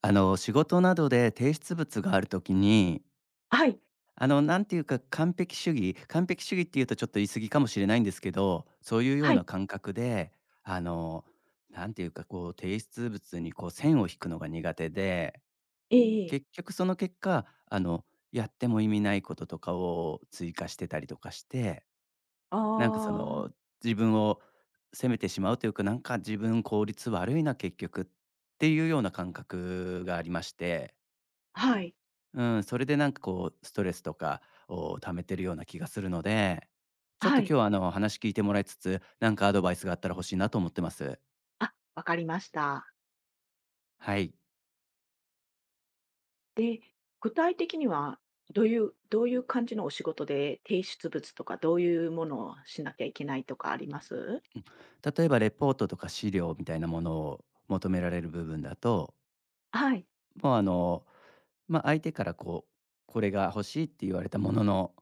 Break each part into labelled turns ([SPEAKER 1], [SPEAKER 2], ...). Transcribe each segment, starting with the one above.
[SPEAKER 1] 仕事などで提出物があるときに、
[SPEAKER 2] はい、
[SPEAKER 1] なんていうか完璧主義っていうとちょっと言い過ぎかもしれないんですけど、そういうよう
[SPEAKER 2] は
[SPEAKER 1] な
[SPEAKER 2] い。
[SPEAKER 1] 感覚で、あのなんていうかこう提出物にこう線を引くのが苦手で、
[SPEAKER 2] ええええ。
[SPEAKER 1] 結局その結果、やっても意味ないこととかを追加してたりとかして、なんかそ
[SPEAKER 2] あ
[SPEAKER 1] の
[SPEAKER 2] あ、
[SPEAKER 1] 自分を責めてしまうというか、なんか自分効率悪いな結局っていうような感覚がありまして。
[SPEAKER 2] はい、
[SPEAKER 1] うん、それでなんかこうストレスとかを溜めてるような気がするので、ちょっ
[SPEAKER 2] は
[SPEAKER 1] と今日
[SPEAKER 2] い。
[SPEAKER 1] は話聞いてもらいつつ、なんかアドバイスがあったら欲しいなと思ってます。
[SPEAKER 2] あ、わかりました。
[SPEAKER 1] はい。
[SPEAKER 2] で、具体的にはどういう感じのお仕事で、提出物とかどういうものをしなきゃいけないとかあります？
[SPEAKER 1] うん、例えばレポートとか資料みたいなものを求められる部分だと、
[SPEAKER 2] はい、
[SPEAKER 1] もうまあ、相手からこう、これが欲しいって言われたものの、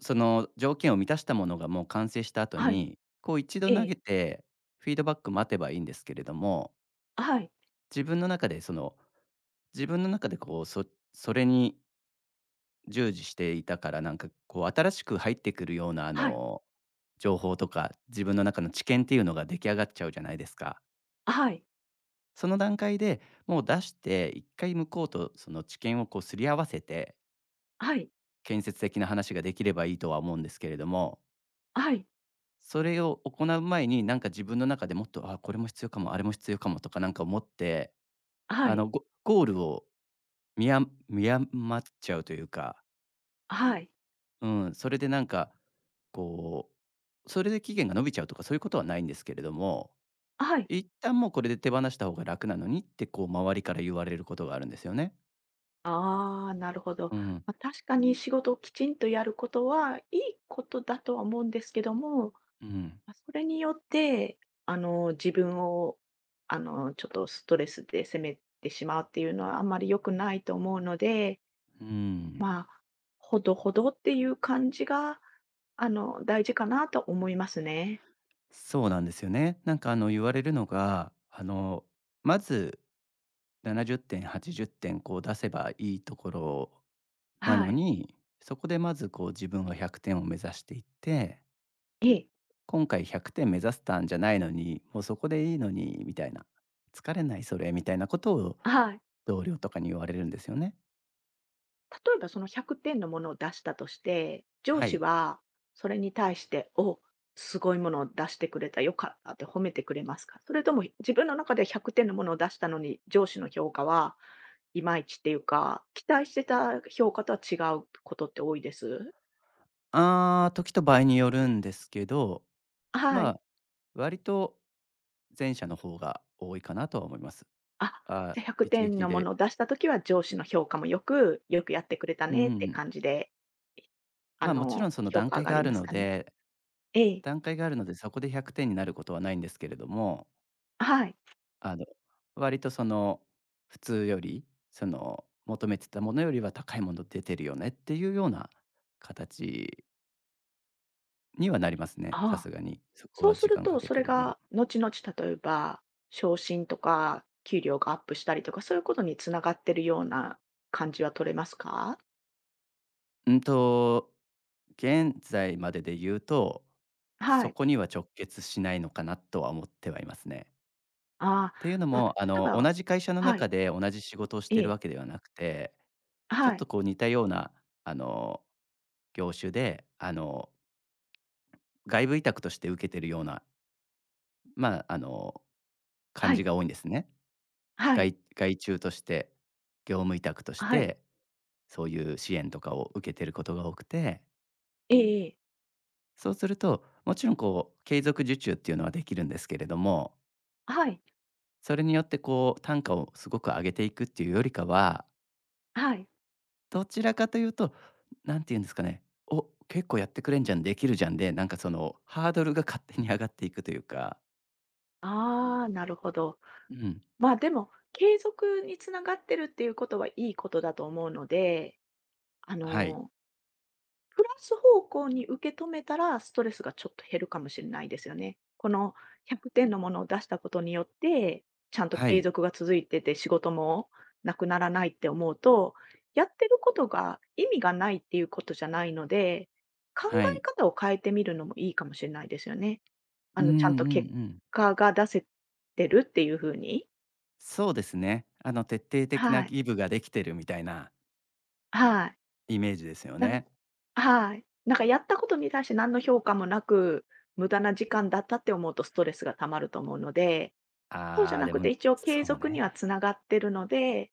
[SPEAKER 1] その条件を満たしたものがもう完成した後
[SPEAKER 2] はい、
[SPEAKER 1] に、こう一度
[SPEAKER 2] え
[SPEAKER 1] 投げ
[SPEAKER 2] え、
[SPEAKER 1] てフィードバック待てばいいんですけれども、
[SPEAKER 2] はい、
[SPEAKER 1] 自分の中でその自分の中でこう、それに従事していたから、なんかこう新しく入ってくるような
[SPEAKER 2] はい、
[SPEAKER 1] 情報とか、自分の中の知見っていうのが出来上がっちゃうじゃないですか。
[SPEAKER 2] はい、
[SPEAKER 1] その段階で、もう出して、一回向こうとその知見をこうすり合わせて、
[SPEAKER 2] はい、
[SPEAKER 1] 建設的な話ができればいいとは思うんですけれども、
[SPEAKER 2] はい、
[SPEAKER 1] それを行う前に、なんか自分の中でもっと、あ、これも必要かも、あれも必要かもとかなんか思って、
[SPEAKER 2] は
[SPEAKER 1] あ
[SPEAKER 2] い、
[SPEAKER 1] の、ゴゴールを見や見誤っちゃうというか、
[SPEAKER 2] はい、
[SPEAKER 1] うん、それでなんか、こそれで期限が延びちゃうとかそういうことはないんですけれども、
[SPEAKER 2] はい。
[SPEAKER 1] 一旦もうこれで手放した方が楽なのにってこう周りから言われることがあるんですよね。
[SPEAKER 2] ああ、なるほど。
[SPEAKER 1] うん、
[SPEAKER 2] まあ、確かに仕事をきちんとやることはいいことだとは思うんですけども、
[SPEAKER 1] うん、
[SPEAKER 2] あそれによって、自分を、ちょっとストレスで責めてしまうっていうのはあんまり良くないと思うので、
[SPEAKER 1] うん。
[SPEAKER 2] まあ、ほどほどっていう感じが、大事かなと思いますね。
[SPEAKER 1] そうなんですよね。なんか言われるのが、まず70点、80点こう出せばいいところな
[SPEAKER 2] は
[SPEAKER 1] の
[SPEAKER 2] い。
[SPEAKER 1] に、そこでまずこう自分は100点を目指していって、
[SPEAKER 2] ええ、
[SPEAKER 1] 今回100点目指せたんじゃないのに、もうそこでいいのにみたいな、疲れないそれみたいなことを
[SPEAKER 2] はい。
[SPEAKER 1] 同僚とかに言われるんですよね。
[SPEAKER 2] 例えばその100点のものを出したとして、上
[SPEAKER 1] は
[SPEAKER 2] 司
[SPEAKER 1] い。
[SPEAKER 2] はそれに対して、「お、すごいものを出してくれた、よかった」って褒めてくれますか？それとも自分の中で100点のものを出したのに、上司の評価はいまいちっていうか、期待してた評価とは違うことって多いです。
[SPEAKER 1] ああ、時と場合によるんですけど、
[SPEAKER 2] は
[SPEAKER 1] ま
[SPEAKER 2] い。
[SPEAKER 1] あ、割と前者の方が多いかなとは思います。
[SPEAKER 2] あ、
[SPEAKER 1] あ
[SPEAKER 2] じ
[SPEAKER 1] あ、
[SPEAKER 2] ゃ100
[SPEAKER 1] 一
[SPEAKER 2] 点
[SPEAKER 1] 撃
[SPEAKER 2] のも
[SPEAKER 1] で。
[SPEAKER 2] のを出したときは上司の評価もよく、よくやってくれた
[SPEAKER 1] う
[SPEAKER 2] ねって
[SPEAKER 1] ん。
[SPEAKER 2] 感じで、
[SPEAKER 1] まあ、もちろんその
[SPEAKER 2] 評
[SPEAKER 1] 段
[SPEAKER 2] 価上
[SPEAKER 1] 階
[SPEAKER 2] が
[SPEAKER 1] があ
[SPEAKER 2] り
[SPEAKER 1] る
[SPEAKER 2] ます
[SPEAKER 1] の
[SPEAKER 2] かね？
[SPEAKER 1] で
[SPEAKER 2] ええ。
[SPEAKER 1] 段階があるので、そこで100点になることはないんですけれども、
[SPEAKER 2] はい。
[SPEAKER 1] あの、割とその、普通より、その、求めてたものよりは高いもの出てるよねっていうような形にはなりますね、さ
[SPEAKER 2] あ
[SPEAKER 1] す
[SPEAKER 2] あ、
[SPEAKER 1] がに。そこ
[SPEAKER 2] そ
[SPEAKER 1] は
[SPEAKER 2] うす
[SPEAKER 1] 時
[SPEAKER 2] る
[SPEAKER 1] 間か
[SPEAKER 2] と、
[SPEAKER 1] け
[SPEAKER 2] そ
[SPEAKER 1] て
[SPEAKER 2] れ
[SPEAKER 1] る分。
[SPEAKER 2] が後々例えば、昇進とか給料がアップしたりとか、そういうことにつながってるような感じは取れますか？
[SPEAKER 1] うんと、現在までで言うと、
[SPEAKER 2] は
[SPEAKER 1] そ
[SPEAKER 2] い。
[SPEAKER 1] こには直結しないのかなとは思ってはいますね。
[SPEAKER 2] ああ、
[SPEAKER 1] っていうの
[SPEAKER 2] まあ、例
[SPEAKER 1] も、あ
[SPEAKER 2] え
[SPEAKER 1] の、同
[SPEAKER 2] ば
[SPEAKER 1] じ会社の
[SPEAKER 2] は
[SPEAKER 1] 中
[SPEAKER 2] い。
[SPEAKER 1] で同じ仕事をし
[SPEAKER 2] え
[SPEAKER 1] てる
[SPEAKER 2] え。
[SPEAKER 1] わけではなくて、ちょっ
[SPEAKER 2] は
[SPEAKER 1] と
[SPEAKER 2] い。
[SPEAKER 1] こう似たような、あの、業種で、外部委託として受けてるような、まあ、感
[SPEAKER 2] は
[SPEAKER 1] じ
[SPEAKER 2] い。
[SPEAKER 1] が多いんですね。
[SPEAKER 2] はい。
[SPEAKER 1] 外注として、業務委託とし
[SPEAKER 2] はい。はい。
[SPEAKER 1] て、そういう支援とかを受けてることが多くて、
[SPEAKER 2] ええええ。
[SPEAKER 1] そうすると、もちろんこう継続受注っていうのはできるんですけれども、
[SPEAKER 2] はい、
[SPEAKER 1] それによってこう単価をすごく上げていくっていうよりかは、
[SPEAKER 2] はい。
[SPEAKER 1] どちらかというと、なんて言うんですかね、お、結構やってくれんじゃん、できるじゃんで、なんかそのハードルが勝手に上がっていくというか、
[SPEAKER 2] ああ、なるほど。
[SPEAKER 1] うん、
[SPEAKER 2] まあ、でも、継続につながってるっていうことはいいことだと思うので、あ
[SPEAKER 1] はい、
[SPEAKER 2] の、プラス方向に受け止めたら、ストレスがちょっと減るかもしれないですよね。この100点のものを出したことによって、ちゃんと
[SPEAKER 1] は
[SPEAKER 2] 継
[SPEAKER 1] い、
[SPEAKER 2] 続が続いてて、仕事もなくならないって思うと、やってることが意味がないっていうことじゃないので、考
[SPEAKER 1] は
[SPEAKER 2] え
[SPEAKER 1] い。
[SPEAKER 2] 方を変えてみるのもいいかもしれないですよね。
[SPEAKER 1] うん、うん、
[SPEAKER 2] ちゃんと
[SPEAKER 1] う
[SPEAKER 2] 結
[SPEAKER 1] ん。
[SPEAKER 2] 果が出せてるっていう風に、
[SPEAKER 1] そうですね。徹底的な
[SPEAKER 2] はい。
[SPEAKER 1] ギブができてるみたいな
[SPEAKER 2] はい。
[SPEAKER 1] イメージですよ
[SPEAKER 2] なん
[SPEAKER 1] ね。
[SPEAKER 2] はい。なんかやったことに対して何の評価もなく、無駄な時間だったって思うとストレスが溜まると思うので、そうじゃ
[SPEAKER 1] ああ、
[SPEAKER 2] な
[SPEAKER 1] で
[SPEAKER 2] くて
[SPEAKER 1] も、
[SPEAKER 2] 一応継
[SPEAKER 1] そう
[SPEAKER 2] 続には
[SPEAKER 1] ね。
[SPEAKER 2] つながってるので、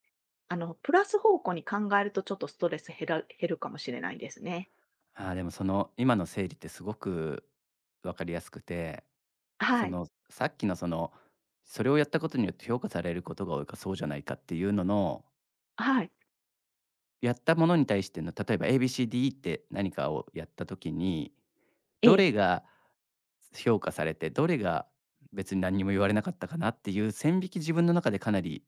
[SPEAKER 2] プラス方向に考えるとちょっとストレス減るかもしれないですね。
[SPEAKER 1] ああ、でもその今の整理ってすごく分かりやすくて、そ
[SPEAKER 2] はい。
[SPEAKER 1] のさっきのその、それをやったことによって評価されることが多いかそうじゃないかっていうのの、
[SPEAKER 2] はい。
[SPEAKER 1] やったものに対しての例えば a b c d って何かをやった時に、
[SPEAKER 2] え
[SPEAKER 1] ど
[SPEAKER 2] え。
[SPEAKER 1] れが評価されて、どれが別に何にも言われなかったかなっていう線引き自分の中でかなり、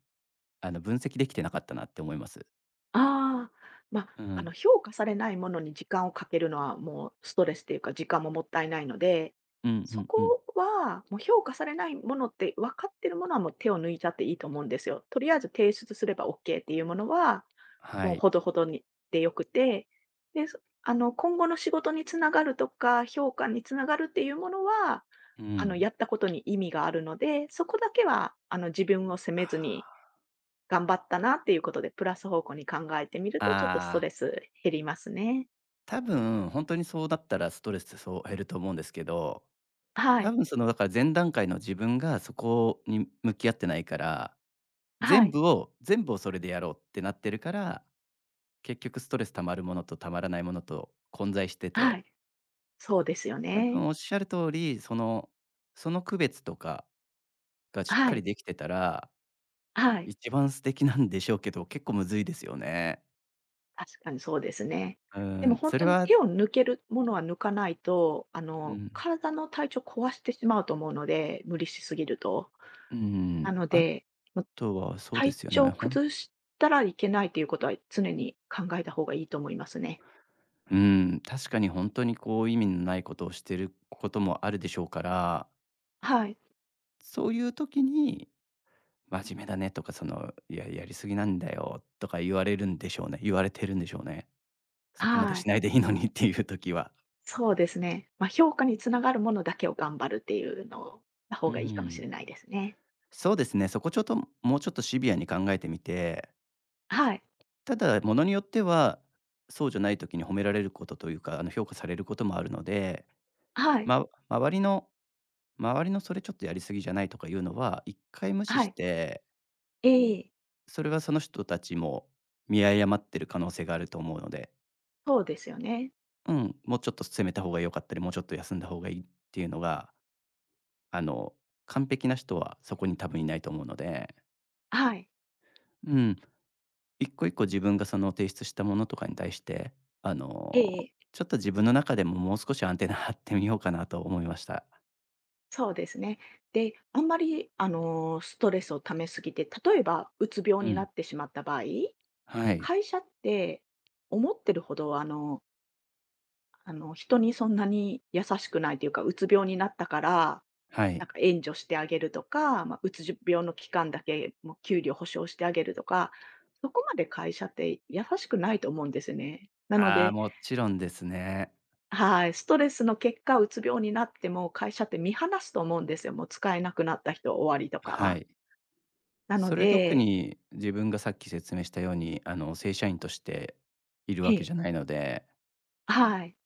[SPEAKER 1] 分析できてなかったなって思います。
[SPEAKER 2] ああ、まあ、
[SPEAKER 1] うん。
[SPEAKER 2] 評価されないものに時間をかけるのは、もうストレスっていうか、時間ももったいないので、
[SPEAKER 1] うん、う
[SPEAKER 2] そ
[SPEAKER 1] ん、うん。
[SPEAKER 2] こは、もう評価されないものって分かってるものはもう手を抜いちゃっていいと思うんですよ。とりあえず提出すればオッケーっていうものは、
[SPEAKER 1] は
[SPEAKER 2] もう
[SPEAKER 1] い。
[SPEAKER 2] ほどほどにでよくて、で、そ今後の仕事につながるとか、評価につながるっていうものは、
[SPEAKER 1] うん。
[SPEAKER 2] やったことに意味があるので、そこだけは、自分を責めずに頑張ったなっていうことで、プラス方向に考えてみると、ちょっとスト
[SPEAKER 1] ああ、
[SPEAKER 2] レス減りますね。
[SPEAKER 1] 多分本当にそうだったらストレスそう減ると思うんですけど、
[SPEAKER 2] は
[SPEAKER 1] 多
[SPEAKER 2] い。
[SPEAKER 1] 分そのだから前段階の自分がそこに向き合ってないから、
[SPEAKER 2] は
[SPEAKER 1] 全
[SPEAKER 2] い。
[SPEAKER 1] 部を全部をそれでやろうってなってるから、結局ストレス溜まるものと溜まらないものと混在して
[SPEAKER 2] は
[SPEAKER 1] て、
[SPEAKER 2] い。そうですよ
[SPEAKER 1] 多
[SPEAKER 2] ね。
[SPEAKER 1] 分おっしゃる通り、そのその区別とかがしっ
[SPEAKER 2] は
[SPEAKER 1] かり
[SPEAKER 2] い。
[SPEAKER 1] できてたら
[SPEAKER 2] はい。
[SPEAKER 1] 一番素敵なんでしょうけど、結構むずいですよね。
[SPEAKER 2] 確かにそうですね。
[SPEAKER 1] う
[SPEAKER 2] で
[SPEAKER 1] ー
[SPEAKER 2] も
[SPEAKER 1] ん、
[SPEAKER 2] 本
[SPEAKER 1] それ
[SPEAKER 2] 当に
[SPEAKER 1] は
[SPEAKER 2] 手を抜けるものは抜かないと、
[SPEAKER 1] うん、
[SPEAKER 2] 体の体調壊してしまうと思うので、無理しすぎると。
[SPEAKER 1] うー
[SPEAKER 2] な
[SPEAKER 1] ん、
[SPEAKER 2] の
[SPEAKER 1] あ
[SPEAKER 2] で、もう
[SPEAKER 1] とはそうで
[SPEAKER 2] 体
[SPEAKER 1] すよね、
[SPEAKER 2] 調
[SPEAKER 1] ほん、
[SPEAKER 2] 崩したらいけないということは、常に考えた方がいいと思いますね。
[SPEAKER 1] うーん、確かにほんとにこう意味のないことをしてることもあるでしょうから、
[SPEAKER 2] はい。
[SPEAKER 1] そういう時に「真面目だね」とかその「いや、やり過ぎなんだよ」とか言われるんでしょうね。言われてるんでしょうね。そこまで
[SPEAKER 2] は
[SPEAKER 1] し
[SPEAKER 2] い。
[SPEAKER 1] ないでいいのにっていう時は。
[SPEAKER 2] そうですね。まあ、評価につながるものだけを頑張るっていうのな
[SPEAKER 1] う
[SPEAKER 2] 方
[SPEAKER 1] ー
[SPEAKER 2] がいいかもし
[SPEAKER 1] ん、
[SPEAKER 2] れないですね。
[SPEAKER 1] そうですね、そこちょっともうちょっとシビアに考えてみて、
[SPEAKER 2] はい。
[SPEAKER 1] ただ、ものによっては、そうじゃない時に褒められることというか、評価されることもあるので、
[SPEAKER 2] はい。
[SPEAKER 1] ま周りのそれちょっとやりすぎじゃないとかいうのは、一回無視
[SPEAKER 2] は
[SPEAKER 1] し
[SPEAKER 2] い。
[SPEAKER 1] て、
[SPEAKER 2] ええ
[SPEAKER 1] それはその人たちも見誤ってる可能性があると思うので、
[SPEAKER 2] そうですよね。
[SPEAKER 1] うん、もうちょっと攻めた方が良かったり、もうちょっと休んだ方がいいっていうのが、あの、完璧な人はそこに多分いないと思うので、
[SPEAKER 2] はい。
[SPEAKER 1] うん、一個一個自分がその提出したものとかに対して、あ
[SPEAKER 2] ええ
[SPEAKER 1] の、
[SPEAKER 2] ええ。
[SPEAKER 1] ちょっと自分の中でももう少しアンテナ張ってみようかなと思いました。
[SPEAKER 2] そうですね。で、あんまり、ストレスを溜めすぎて、例えば、うつ病
[SPEAKER 1] う
[SPEAKER 2] にな
[SPEAKER 1] ん。
[SPEAKER 2] ってしまった場合、
[SPEAKER 1] はい。
[SPEAKER 2] 会社って思ってるほど、人にそんなに優しくないというか、うつ病になったから
[SPEAKER 1] は
[SPEAKER 2] なん
[SPEAKER 1] い。
[SPEAKER 2] か援助してあげるとか、まあ、うつ病の期間だけ、もう給料保証してあげるとか、そこまで会社って優しくないと思うんですね。なの
[SPEAKER 1] ああ、
[SPEAKER 2] で、
[SPEAKER 1] もちろんですね。
[SPEAKER 2] はい、ストレスの結果、うつ病になっても会社って見放すと思うんですよ。もう使えなくなった人終わりと
[SPEAKER 1] は
[SPEAKER 2] か。
[SPEAKER 1] い。
[SPEAKER 2] なの
[SPEAKER 1] それ特
[SPEAKER 2] で、
[SPEAKER 1] に自分がさっき説明したように、正社員としている
[SPEAKER 2] え
[SPEAKER 1] わけじゃ
[SPEAKER 2] え、
[SPEAKER 1] ないので、
[SPEAKER 2] はい、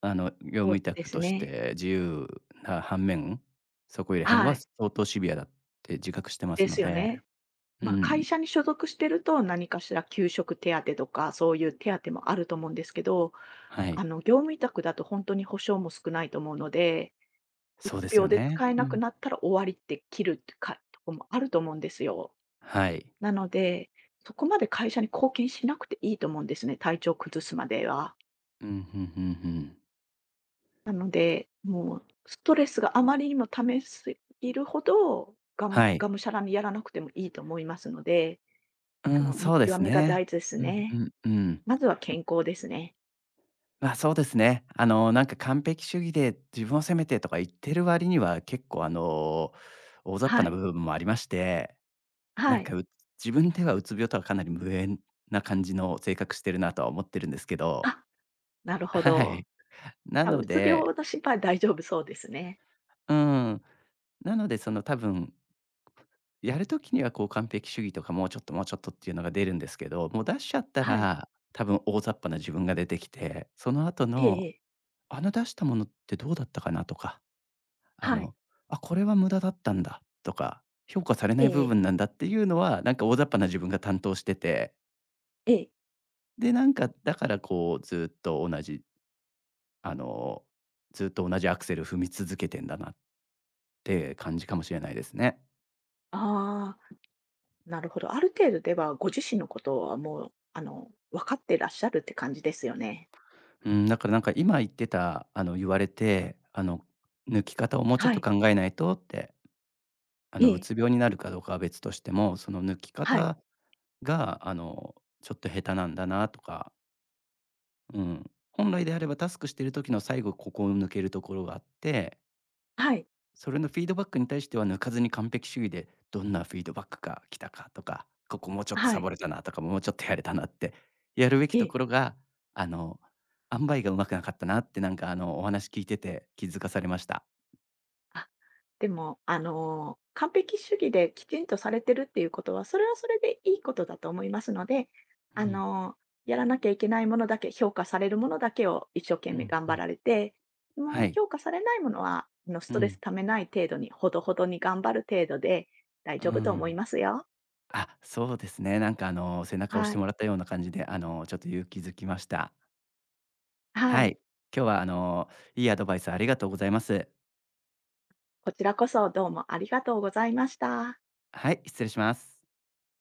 [SPEAKER 1] 業
[SPEAKER 2] そ
[SPEAKER 1] 務
[SPEAKER 2] う
[SPEAKER 1] 委
[SPEAKER 2] で
[SPEAKER 1] 託
[SPEAKER 2] す
[SPEAKER 1] とし
[SPEAKER 2] ね。
[SPEAKER 1] て自由な反面、そこいら辺
[SPEAKER 2] は
[SPEAKER 1] は
[SPEAKER 2] い、
[SPEAKER 1] 相当シビアだって自覚してます
[SPEAKER 2] で
[SPEAKER 1] の
[SPEAKER 2] すよ
[SPEAKER 1] で。
[SPEAKER 2] ね。
[SPEAKER 1] う
[SPEAKER 2] まあ、会社
[SPEAKER 1] ん。
[SPEAKER 2] に所属してると、何かしら給食手当とか、そういう手当もあると思うんですけど、
[SPEAKER 1] はい。
[SPEAKER 2] 業務委託だと本当に保証も少ないと思うので、う
[SPEAKER 1] そうで
[SPEAKER 2] つ
[SPEAKER 1] すよ
[SPEAKER 2] 病で
[SPEAKER 1] ね。
[SPEAKER 2] 使え
[SPEAKER 1] う
[SPEAKER 2] なく
[SPEAKER 1] ん。
[SPEAKER 2] なったら終わりって切るってかとこもあると思うんですよ。
[SPEAKER 1] はい。
[SPEAKER 2] なので、そこまで会社に貢献しなくていいと思うんですね、体調を崩すまでは。
[SPEAKER 1] うん、ふんふんふん。
[SPEAKER 2] なので、もうストレスがあまりにも溜めすぎるほど、
[SPEAKER 1] はい。
[SPEAKER 2] がむしゃらにやらなくてもいいと思いますので、
[SPEAKER 1] うん、
[SPEAKER 2] 見
[SPEAKER 1] そうで
[SPEAKER 2] 極
[SPEAKER 1] す
[SPEAKER 2] めが
[SPEAKER 1] ね。
[SPEAKER 2] 大事です
[SPEAKER 1] うん、う
[SPEAKER 2] ね。
[SPEAKER 1] ん、うん。ん、
[SPEAKER 2] まずは健康ですね。
[SPEAKER 1] まあ、そうですね。なんか完璧主義で自分を責めてとか言ってる割には、結構大雑把
[SPEAKER 2] は
[SPEAKER 1] な部
[SPEAKER 2] い。
[SPEAKER 1] 分もありまして、なん
[SPEAKER 2] はい。
[SPEAKER 1] か、う自分ではうつ病とはかなり無縁な感じの性格してるなとは思ってるんですけど、
[SPEAKER 2] あ、なるほ
[SPEAKER 1] は
[SPEAKER 2] ど。
[SPEAKER 1] い。な
[SPEAKER 2] あ、
[SPEAKER 1] の
[SPEAKER 2] うつ
[SPEAKER 1] で、
[SPEAKER 2] 病の心配は大丈夫そうですね。
[SPEAKER 1] うん。なので、その多分、やる時にはこう完璧主義とか、もうちょっとっていうのが出るんですけど、もう出しちゃった
[SPEAKER 2] はい。
[SPEAKER 1] ら、多分大雑把な自分が出てきて、その後
[SPEAKER 2] ええ
[SPEAKER 1] の、
[SPEAKER 2] ええ。
[SPEAKER 1] あの出したものってどうだったかなとか、あ
[SPEAKER 2] はい。
[SPEAKER 1] の、あ、これは無駄だったんだとか、評価されな
[SPEAKER 2] え
[SPEAKER 1] い
[SPEAKER 2] え
[SPEAKER 1] 部
[SPEAKER 2] ええ。
[SPEAKER 1] 分なんだっていうのは、なんか大雑把な自分が担当してて、で、なんかだからこうずっと同じ、あの、ずっと同じアクセル踏み続けてんだなって感じかもしれないですね。
[SPEAKER 2] ああ、なるほど。ある程度では、ご自身のことはもう、分かってらっしゃるって感じですよね。
[SPEAKER 1] うん、だからなんか今言ってた、あの、言われて、あの、抜き方をもうちょっ
[SPEAKER 2] は
[SPEAKER 1] と
[SPEAKER 2] い。
[SPEAKER 1] 考えないとって、
[SPEAKER 2] え
[SPEAKER 1] う
[SPEAKER 2] え。
[SPEAKER 1] つ病になるかどうかは別としても、その抜き
[SPEAKER 2] はい。
[SPEAKER 1] 方が、ちょっと下手なんだなとか、うん。本来であればタスクしてる時の最後ここを抜けるところがあって、
[SPEAKER 2] はい。
[SPEAKER 1] それのフィードバックに対しては抜かずに完璧主義で、どんなフィードバックが来たかとか、ここもうちょっと
[SPEAKER 2] は
[SPEAKER 1] サボ
[SPEAKER 2] い。
[SPEAKER 1] れたなとか、もうちょっとやれたなってやるべき
[SPEAKER 2] え
[SPEAKER 1] と
[SPEAKER 2] え。
[SPEAKER 1] ころが、あの、塩梅がうまくなかったなってなんかお話聞いてて気づかされました。
[SPEAKER 2] あ、でも、完璧主義できちんとされてるっていうことは、それはそれでいいことだと思いますので、
[SPEAKER 1] う
[SPEAKER 2] あ
[SPEAKER 1] ん、
[SPEAKER 2] の、やらなきゃいけないものだけ、評価されるものだけを一生懸
[SPEAKER 1] う
[SPEAKER 2] 命
[SPEAKER 1] ん、
[SPEAKER 2] 頑
[SPEAKER 1] う
[SPEAKER 2] 張
[SPEAKER 1] ん。
[SPEAKER 2] られて、
[SPEAKER 1] は
[SPEAKER 2] もう
[SPEAKER 1] い。
[SPEAKER 2] 評価されないものは、あのス
[SPEAKER 1] う
[SPEAKER 2] トレス
[SPEAKER 1] ん、
[SPEAKER 2] ためない程度に、ほどほどに頑張る程度で大
[SPEAKER 1] う
[SPEAKER 2] 丈夫と思い
[SPEAKER 1] ん。
[SPEAKER 2] ますよ。
[SPEAKER 1] あ、そうですね。なんかあの、背中を押し
[SPEAKER 2] は
[SPEAKER 1] て
[SPEAKER 2] い。
[SPEAKER 1] もらったような感じで、ちょっと勇気づきました。
[SPEAKER 2] は
[SPEAKER 1] は
[SPEAKER 2] い。
[SPEAKER 1] い。今日はいいアドバイスありがとうございます。
[SPEAKER 2] こちらこそどうもありがとうございました。
[SPEAKER 1] はい、失礼します。